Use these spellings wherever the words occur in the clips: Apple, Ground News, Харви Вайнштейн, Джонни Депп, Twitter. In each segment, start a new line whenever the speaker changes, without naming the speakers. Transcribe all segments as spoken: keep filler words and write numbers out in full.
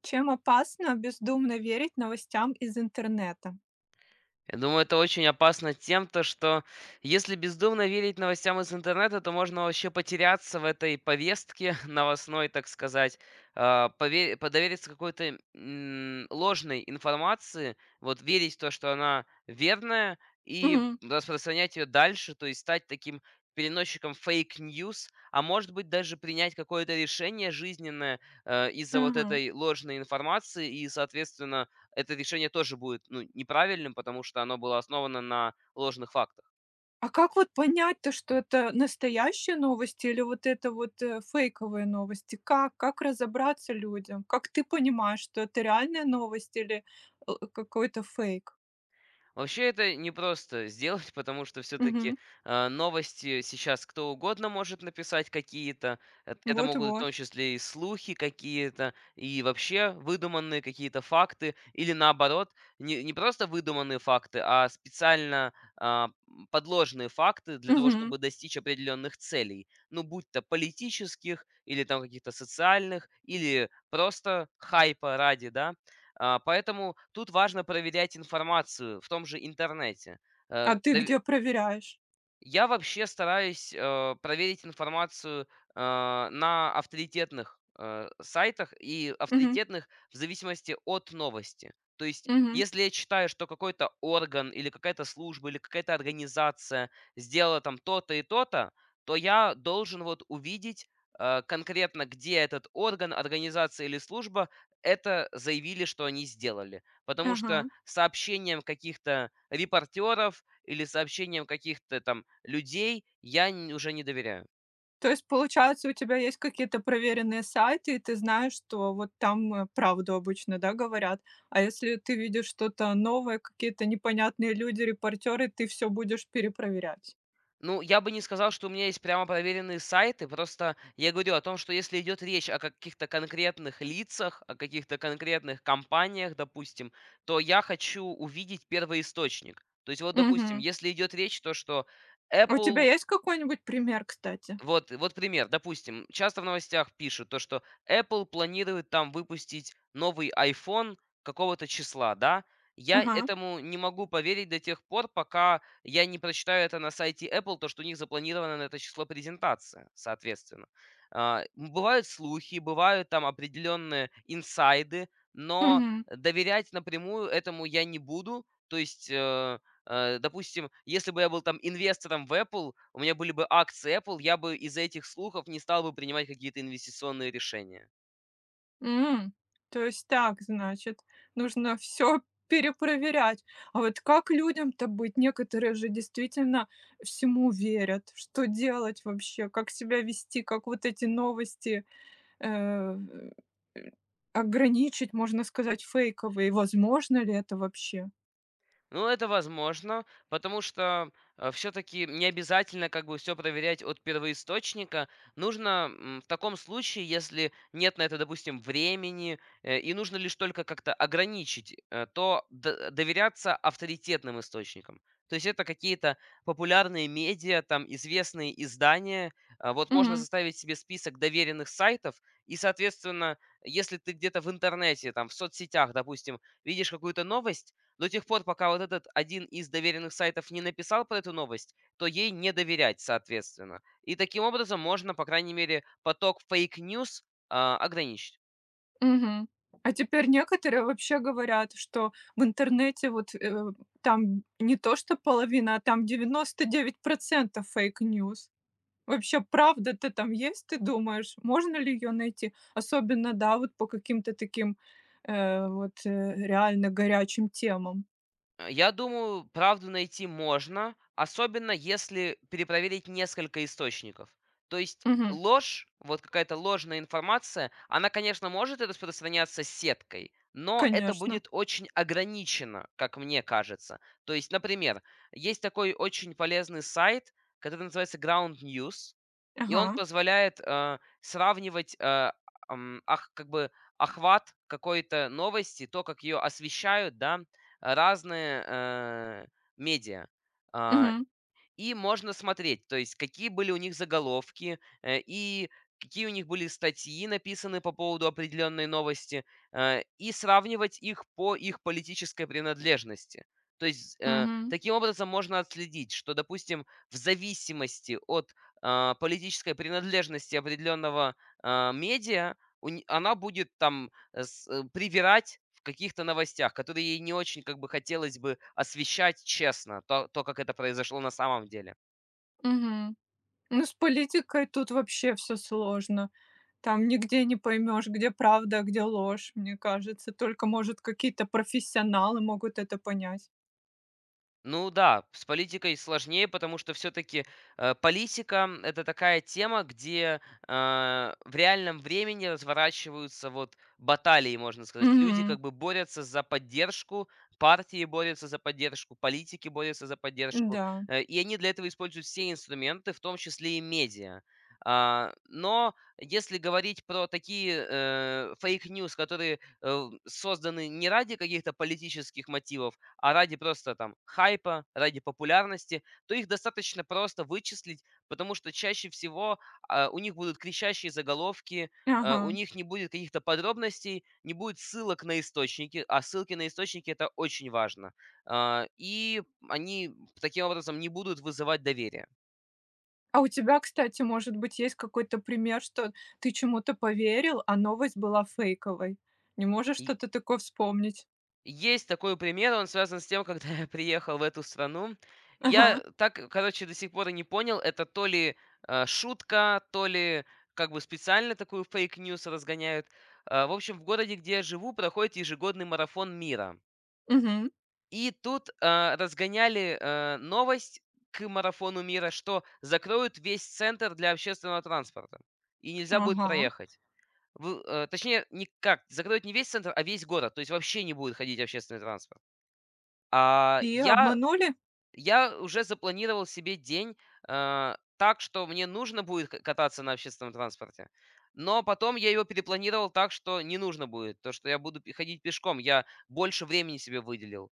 Чем опасно бездумно верить новостям из интернета?
Я думаю, это очень опасно тем, то что если бездумно верить новостям из интернета, то можно вообще потеряться в этой повестке новостной, так сказать, а, пове- подовериться какой-то м, ложной информации, вот верить в то, что она верная, и
Мгм.
распространять ее дальше, то есть стать таким переносчиком фейк-ньюс, а может быть даже принять какое-то решение жизненное э, из-за вот
Ага.
этой ложной информации и, соответственно, это решение тоже будет ну, неправильным, потому что оно было основано на ложных фактах.
А как вот понять-то, что это настоящие новости или вот это вот, э, фейковые новости? Как как разобраться людям? Как ты понимаешь, что это реальная новость или, э, какой-то фейк?
Вообще это непросто сделать, потому что
Мгм.
все-таки новости сейчас кто угодно может написать какие-то. Эт- Это могут в
Вот-вот.
том числе и слухи какие-то, и вообще выдуманные какие-то факты, или наоборот, не, не просто выдуманные факты, а специально а, м, подложные факты для того,
Мгм.
чтобы достичь определенных целей. Ну, будь то политических, или там каких-то социальных, или просто хайпа ради, да. А, поэтому тут важно проверять информацию в том же интернете. Э,
А ты
дов
где проверяешь?
Я вообще стараюсь, э, проверить информацию, а, на авторитетных, э, сайтах и
Мгм.
авторитетных в зависимости от новости. То есть,
Мгм.
если я читаю, что какой-то орган или какая-то служба, или какая-то организация сделала там то-то и то-то, то я должен вот увидеть, э, конкретно, где этот орган, организация или служба это заявили, что они сделали. Потому что
Ага.
сообщением каких-то репортеров или сообщениям каких-то там людей я н уже не доверяю.
То есть, получается, у тебя есть какие-то проверенные сайты, и ты знаешь, что вот там, э, правду обычно, да, говорят. А если ты видишь что-то новое, какие-то непонятные люди, репортеры, ты все будешь перепроверять?
Ну, я бы не сказал, что у меня есть прямо проверенные сайты, просто я говорю о том, что если идет речь о каких-то конкретных лицах, о каких-то конкретных компаниях, допустим, то я хочу увидеть первоисточник. То есть вот, допустим,
Мгм.
если идет речь то, что
У тебя
Apple…
есть какой-нибудь пример, кстати?
Вот вот пример. Допустим, часто в новостях пишут то, что Apple планирует там выпустить новый iPhone какого-то числа, да. Я
Ага.
этому не могу поверить до тех пор, пока я не прочитаю это на сайте Apple, то, что у них запланирована на это число презентация, соответственно. А, м, бывают слухи, бывают там определенные инсайды, но
Мгм.
доверять напрямую этому я не буду. То есть, э Э, допустим, если бы я был там инвестором в Apple, у меня были бы акции Apple, я бы из-за этих слухов не стал бы принимать какие-то инвестиционные решения.
М, то есть так, значит, нужно все перепроверять. А вот как людям-то быть? Некоторые же действительно всему верят. Что делать вообще? Как себя вести? Как вот эти новости, э, э, ограничить, можно сказать, фейковые? Возможно ли это вообще?
Ну, это возможно, потому что все-таки не обязательно как бы все проверять от первоисточника. Нужно м, в таком случае, если нет на это, допустим, времени, э, и нужно лишь только как-то ограничить, э, то д- доверяться авторитетным источникам. То есть это какие-то популярные медиа, там известные издания. А Вот можно
Мгм,
составить себе список доверенных сайтов, и, соответственно, если ты где-то в интернете, там, в соцсетях, допустим, видишь какую-то новость, до тех пор, пока вот этот один из доверенных сайтов не написал про эту новость, то ей не доверять, соответственно. И таким образом можно, по крайней мере, поток фейк-ньюс а, ограничить.
мгм. А теперь некоторые вообще говорят, что в интернете вот, э, там не то что половина, а там девяносто девять процентов фейк-ньюс. Вообще, правда-то там есть, ты думаешь, можно ли ее найти? Особенно, да, вот по каким-то таким, э, вот, э, реально горячим темам.
Э, я думаю, правду найти можно, особенно если перепроверить несколько источников. То есть
Мгм.
ложь, вот какая-то ложная информация, она, конечно, может распространяться сеткой, но это
Конечно.
будет очень ограничено, как мне кажется. То есть, например, есть такой очень полезный сайт, который называется Ground News. И он
Ага.
позволяет, э, сравнивать, э, ам, ах как бы охват какой-то новости, то, как ее освещают, да, разные, э, медиа. А,
Мгм.
и можно смотреть, то есть какие были у них заголовки, э, и какие у них были статьи написаны по поводу определенной новости, э, и сравнивать их по их политической принадлежности. То есть э,
Мгм.
таким образом можно отследить, что, допустим, в зависимости от а, политической принадлежности определенного а, медиа, у ни- она будет там э, с- э, привирать в каких-то новостях, которые ей не очень как бы хотелось бы освещать честно, то, то как это произошло на самом деле.
Мгм. Ну, с политикой тут вообще все сложно. Там нигде не поймешь, где правда, а где ложь, мне кажется. Только, может, какие-то профессионалы могут это понять.
Ну да, с политикой сложнее, потому что все-таки политика м, это такая тема, где э, в реальном времени разворачиваются вот баталии, можно сказать. Люди
Мгм.
как бы борются за поддержку, партии борются за поддержку, политики борются за поддержку,
Да.
э, и они для этого используют все инструменты, в том числе и медиа. А, но если говорить про такие э, фейк-ньюс, которые э, созданы не ради каких-то политических мотивов, а ради просто там хайпа, ради популярности, то их достаточно просто вычислить, потому что чаще всего а, у них будут кричащие заголовки, э, у
Ага.
них не будет каких-то подробностей, не будет ссылок на источники, а ссылки на источники это очень важно. А, и Они таким образом не будут вызывать доверие.
А у тебя, кстати, может быть, есть какой-то пример, что ты чему-то поверил, а новость была фейковой? Не можешь что-то такое вспомнить?
Есть такой пример, он связан с тем, когда я приехал в эту страну.
Ага,
Я так, короче, до сих пор и не понял, это то ли, э, шутка, то ли как бы специально такую фейк ньюс разгоняют. Э, в общем, в городе, где я живу, проходит ежегодный марафон мира.
мгм,
И тут, э, разгоняли, э, новость к марафону мира, что закроют весь центр для общественного транспорта, и нельзя будет
ага.
проехать. В э, точнее, никак, закроют не весь центр, а весь город, то есть вообще не будет ходить общественный транспорт. А,
И
я
обманули?
я уже запланировал себе день, э, так, что мне нужно будет к кататься на общественном транспорте, но потом я его перепланировал так, что не нужно будет, то, что я буду пе ходить пешком. Я больше времени себе выделил.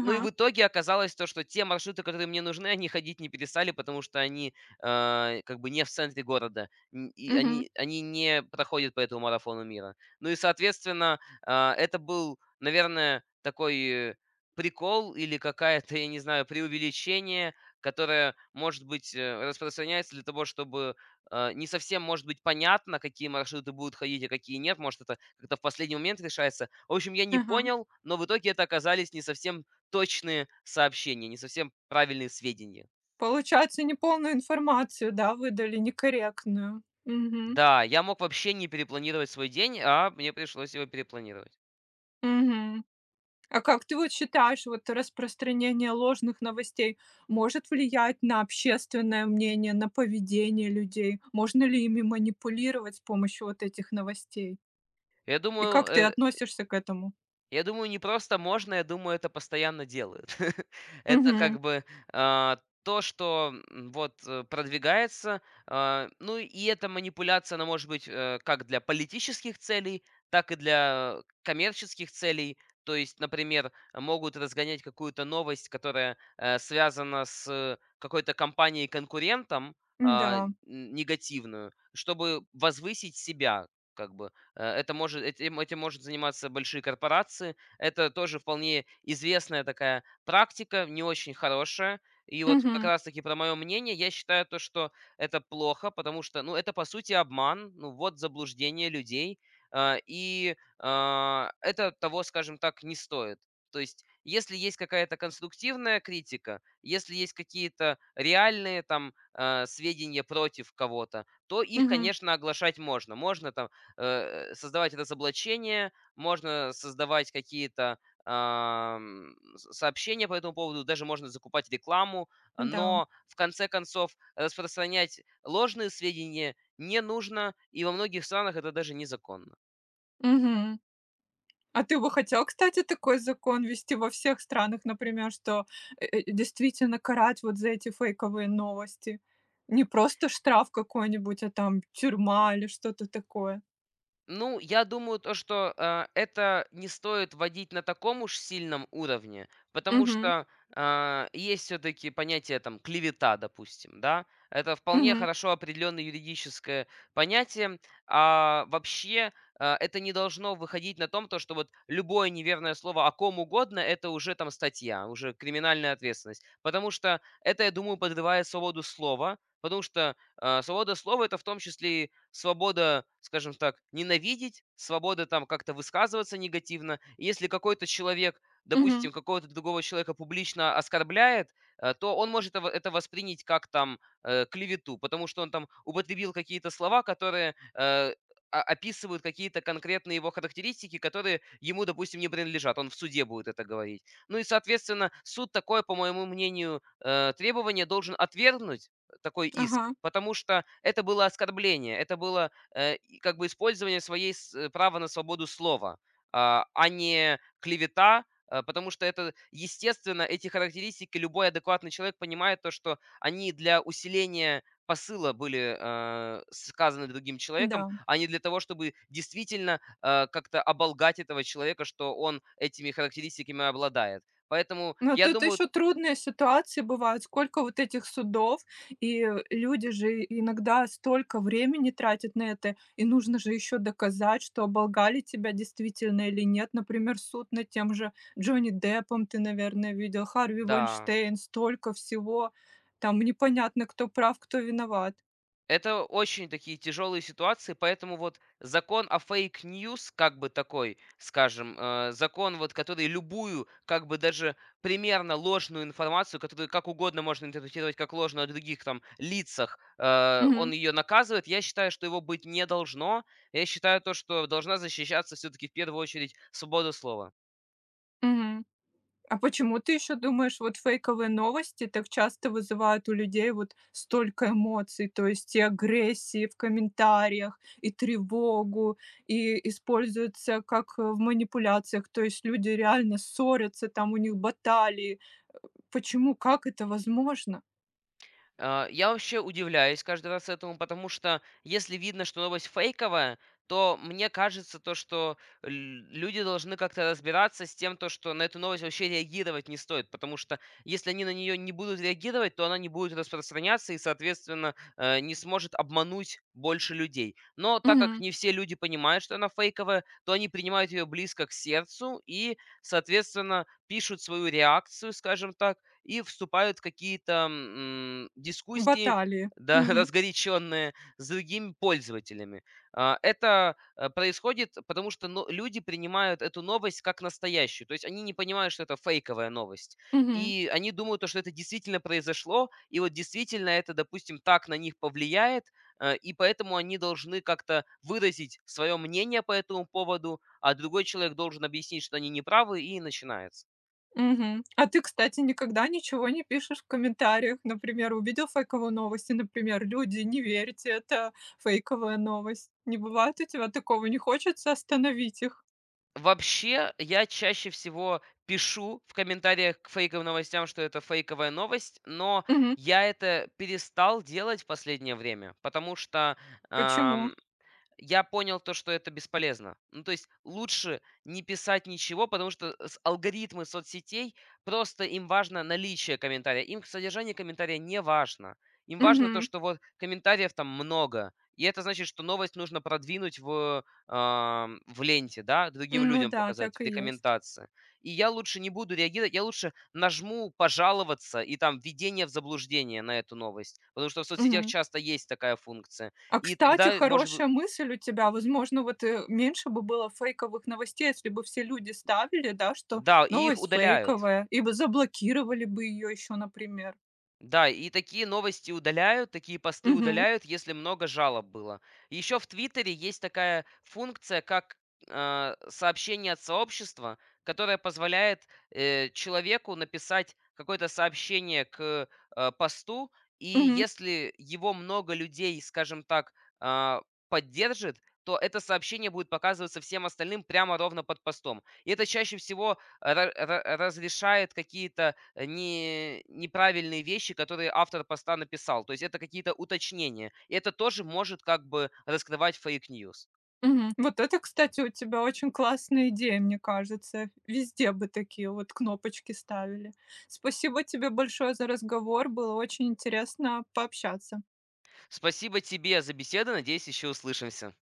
Ну и в итоге оказалось то, что те маршруты, которые мне нужны, они ходить не перестали, потому что они, а, как бы не в центре города, н и
мгм,
они они не проходят по этому марафону мира. Ну и, соответственно, а, это был, наверное, такой э, прикол или какая-то, я не знаю, преувеличение, которое, может быть, э, распространяется для того, чтобы, а, не совсем, может быть, понятно, какие маршруты будут ходить, а какие нет. Может, это как-то в последний момент решается. В общем, я не
ага.
понял, но в итоге это оказались не совсем точные сообщения, не совсем правильные сведения.
Получается, неполную информацию, да, выдали, некорректную. Мгм,
Да, я мог вообще не перепланировать свой день, а мне пришлось его перепланировать.
мгм. А как ты вот считаешь, вот распространение ложных новостей может влиять на общественное мнение, на поведение людей? Можно ли ими манипулировать с помощью вот этих новостей?
Я
И
думаю,
как ты
э
относишься к этому?
Я думаю, не просто можно, я думаю, это постоянно делают. Это
Мгм.
как бы а, то, что м, вот э, продвигается. а, Ну и эта манипуляция, она может быть э, как для политических целей, так и для коммерческих целей. То есть, например, могут разгонять какую-то новость, которая э, связана с какой-то компанией-конкурентом, а, н-
Да.
негативную, чтобы возвысить себя, как бы. Э, это может этим этим может заниматься большие корпорации. Это тоже вполне известная такая практика, не очень хорошая. И вот как
Мгм.
раз таки про мое мнение, я считаю то, что это плохо, потому что, ну, это по сути обман, ну, вот заблуждение людей, а, и, а, это того, скажем так, не стоит. То есть, если есть какая-то конструктивная критика, если есть какие-то реальные там, а, сведения против кого-то, то их,
Мгм.
конечно, оглашать можно. Можно там э, создавать это заблочение можно создавать какие-то ам, с- сообщения по этому поводу, даже можно закупать рекламу, а,
Да.
но в конце концов распространять ложные сведения не нужно, и во многих странах это даже незаконно.
Мгм. А ты бы хотел, кстати, такой закон ввести во всех странах, например, что, э, э, действительно карать вот за эти фейковые новости? Не просто штраф какой-нибудь, а там тюрьма или что-то такое?
Ну, я думаю, то, что а, это не стоит вводить на таком уж сильном уровне, потому
Мгм.
что а, есть все-таки понятие там клевета, допустим, да. Это вполне
Мгм.
хорошо определенное юридическое понятие, а вообще а, это не должно выходить на том, то, что вот любое неверное слово о ком угодно, это уже там статья, уже криминальная ответственность, потому что это, я думаю, подрывает свободу слова, потому что а, свобода слова - это в том числе и свобода, скажем так, ненавидеть, свобода там как-то высказываться негативно. И если какой-то человек,
Мгм.
допустим, какого-то другого человека публично оскорбляет, э, то он может эва это воспринять как там, э, клевету, потому что он там употребил какие-то слова, которые, э, а описывают какие-то конкретные его характеристики, которые ему, допустим, не принадлежат. Он в суде будет это говорить. Ну и, соответственно, суд такое, по моему мнению, э, требование должен отвергнуть, такой
Ага,
иск, потому что это было оскорбление, это было э, и как бы использование своей с- э, права на свободу слова, а а не клевета, э, потому что это, естественно, эти характеристики любой адекватный человек понимает то, что они для усиления посыла были э, сказаны другим человеком,
да.
а не для того, чтобы действительно э, как-то оболгать этого человека, что он этими характеристиками обладает. Поэтому
Но
я
тут
думаю,
еще трудные ситуации бывают. Сколько вот этих судов, и э, люди же иногда столько времени тратят на это, и нужно же еще доказать, что оболгали тебя действительно или нет. Например, суд над тем же Джонни Деппом ты, наверное, видел, Харви
да…
Вайнштейн, столько всего. Там непонятно, кто прав, кто виноват.
Это очень такие тяжелые ситуации, поэтому вот закон о фейк news, как бы такой, скажем, э, закон, вот который любую, как бы даже примерно ложную информацию, которую как угодно можно интерпретировать как ложную о других там лицах, э, он
Мгм.
ее наказывает. Я считаю, что его быть не должно. Я считаю то, что должна защищаться все-таки в первую очередь свобода слова.
Мгм. А почему ты еще думаешь, вот фейковые новости так часто вызывают у людей вот столько эмоций, то есть и агрессии в комментариях, и тревогу, и используются как э, в манипуляциях, то есть люди реально ссорятся, там у них баталии. Почему, как это возможно?
А, я вообще удивляюсь каждый раз этому, потому что если видно, что новость фейковая, то мне кажется то, что л люди должны как-то разбираться с тем, то, что на эту новость вообще реагировать не стоит, потому что если они на нее не будут реагировать, то она не будет распространяться и, соответственно, э, не сможет обмануть больше людей. Но так как
Мгм.
не все люди понимают, что она фейковая, то они принимают ее близко к сердцу и, соответственно, пишут свою реакцию, скажем так, и вступают в какие-то м, дискуссии,
Баталии.
да,
Мгм.
разгоряченные с другими пользователями. А, Это э, происходит, потому что ну, люди принимают эту новость как настоящую. То есть они не понимают, что это фейковая новость.
Мгм.
И они думают, то, что это действительно произошло, и вот действительно это, допустим, так на них повлияет, э, и поэтому они должны как-то выразить свое мнение по этому поводу, а другой человек должен объяснить, что они неправы, и начинается.
Мгм. А ты, кстати, никогда ничего не пишешь в комментариях? Например, увидел фейковую новость, и, например, люди, не верьте, это фейковая новость. Не бывает у тебя такого? Не хочется остановить их?
Вообще, я чаще всего пишу в комментариях к фейковым новостям, что это фейковая новость, но
Мгм.
я это перестал делать в последнее время, потому что
Почему?
я понял то, что это бесполезно. Ну, то есть лучше не писать ничего, потому что э, с алгоритмы соцсетей, просто им важно наличие комментария. Им содержание комментария не важно. Им важно то,
Мгм.
что вот комментариев там много. И это значит, что новость нужно продвинуть в, ам, в ленте, да, другим
Ну
людям
да,
показать,
так
в
и есть.
рекомендации. И я лучше не буду реагировать, я лучше нажму пожаловаться и там введение в заблуждение на эту новость. Потому что в соцсетях
Мгм.
часто есть такая функция.
А,
И
кстати,
тогда, может быть…
хорошая мысль у тебя. Возможно, вот, э, меньше бы было фейковых новостей, если бы все люди ставили, да, что
Да, и их
новость
удаляют.
фейковая, и бы заблокировали бы ее еще, например.
Да, и такие новости удаляют, такие посты
Мгм.
удаляют, если много жалоб было. Еще в Твиттере есть такая функция, как а, сообщение от сообщества, которое позволяет э, человеку написать какое-то сообщение к э, посту, и
Мгм.
если его много людей, скажем так, а, поддержит, то это сообщение будет показываться всем остальным прямо ровно под постом. И это чаще всего ра- ра- разрешает какие-то э, не неправильные вещи, которые автор поста написал. То есть это какие-то уточнения. И это тоже может как бы раскрывать фейк-ньюс.
Мгм. Вот это, кстати, у тебя очень классная идея, мне кажется. Везде бы такие вот кнопочки ставили. Спасибо тебе большое за разговор. Было очень интересно пообщаться.
Спасибо тебе за беседу. Надеюсь, еще услышимся.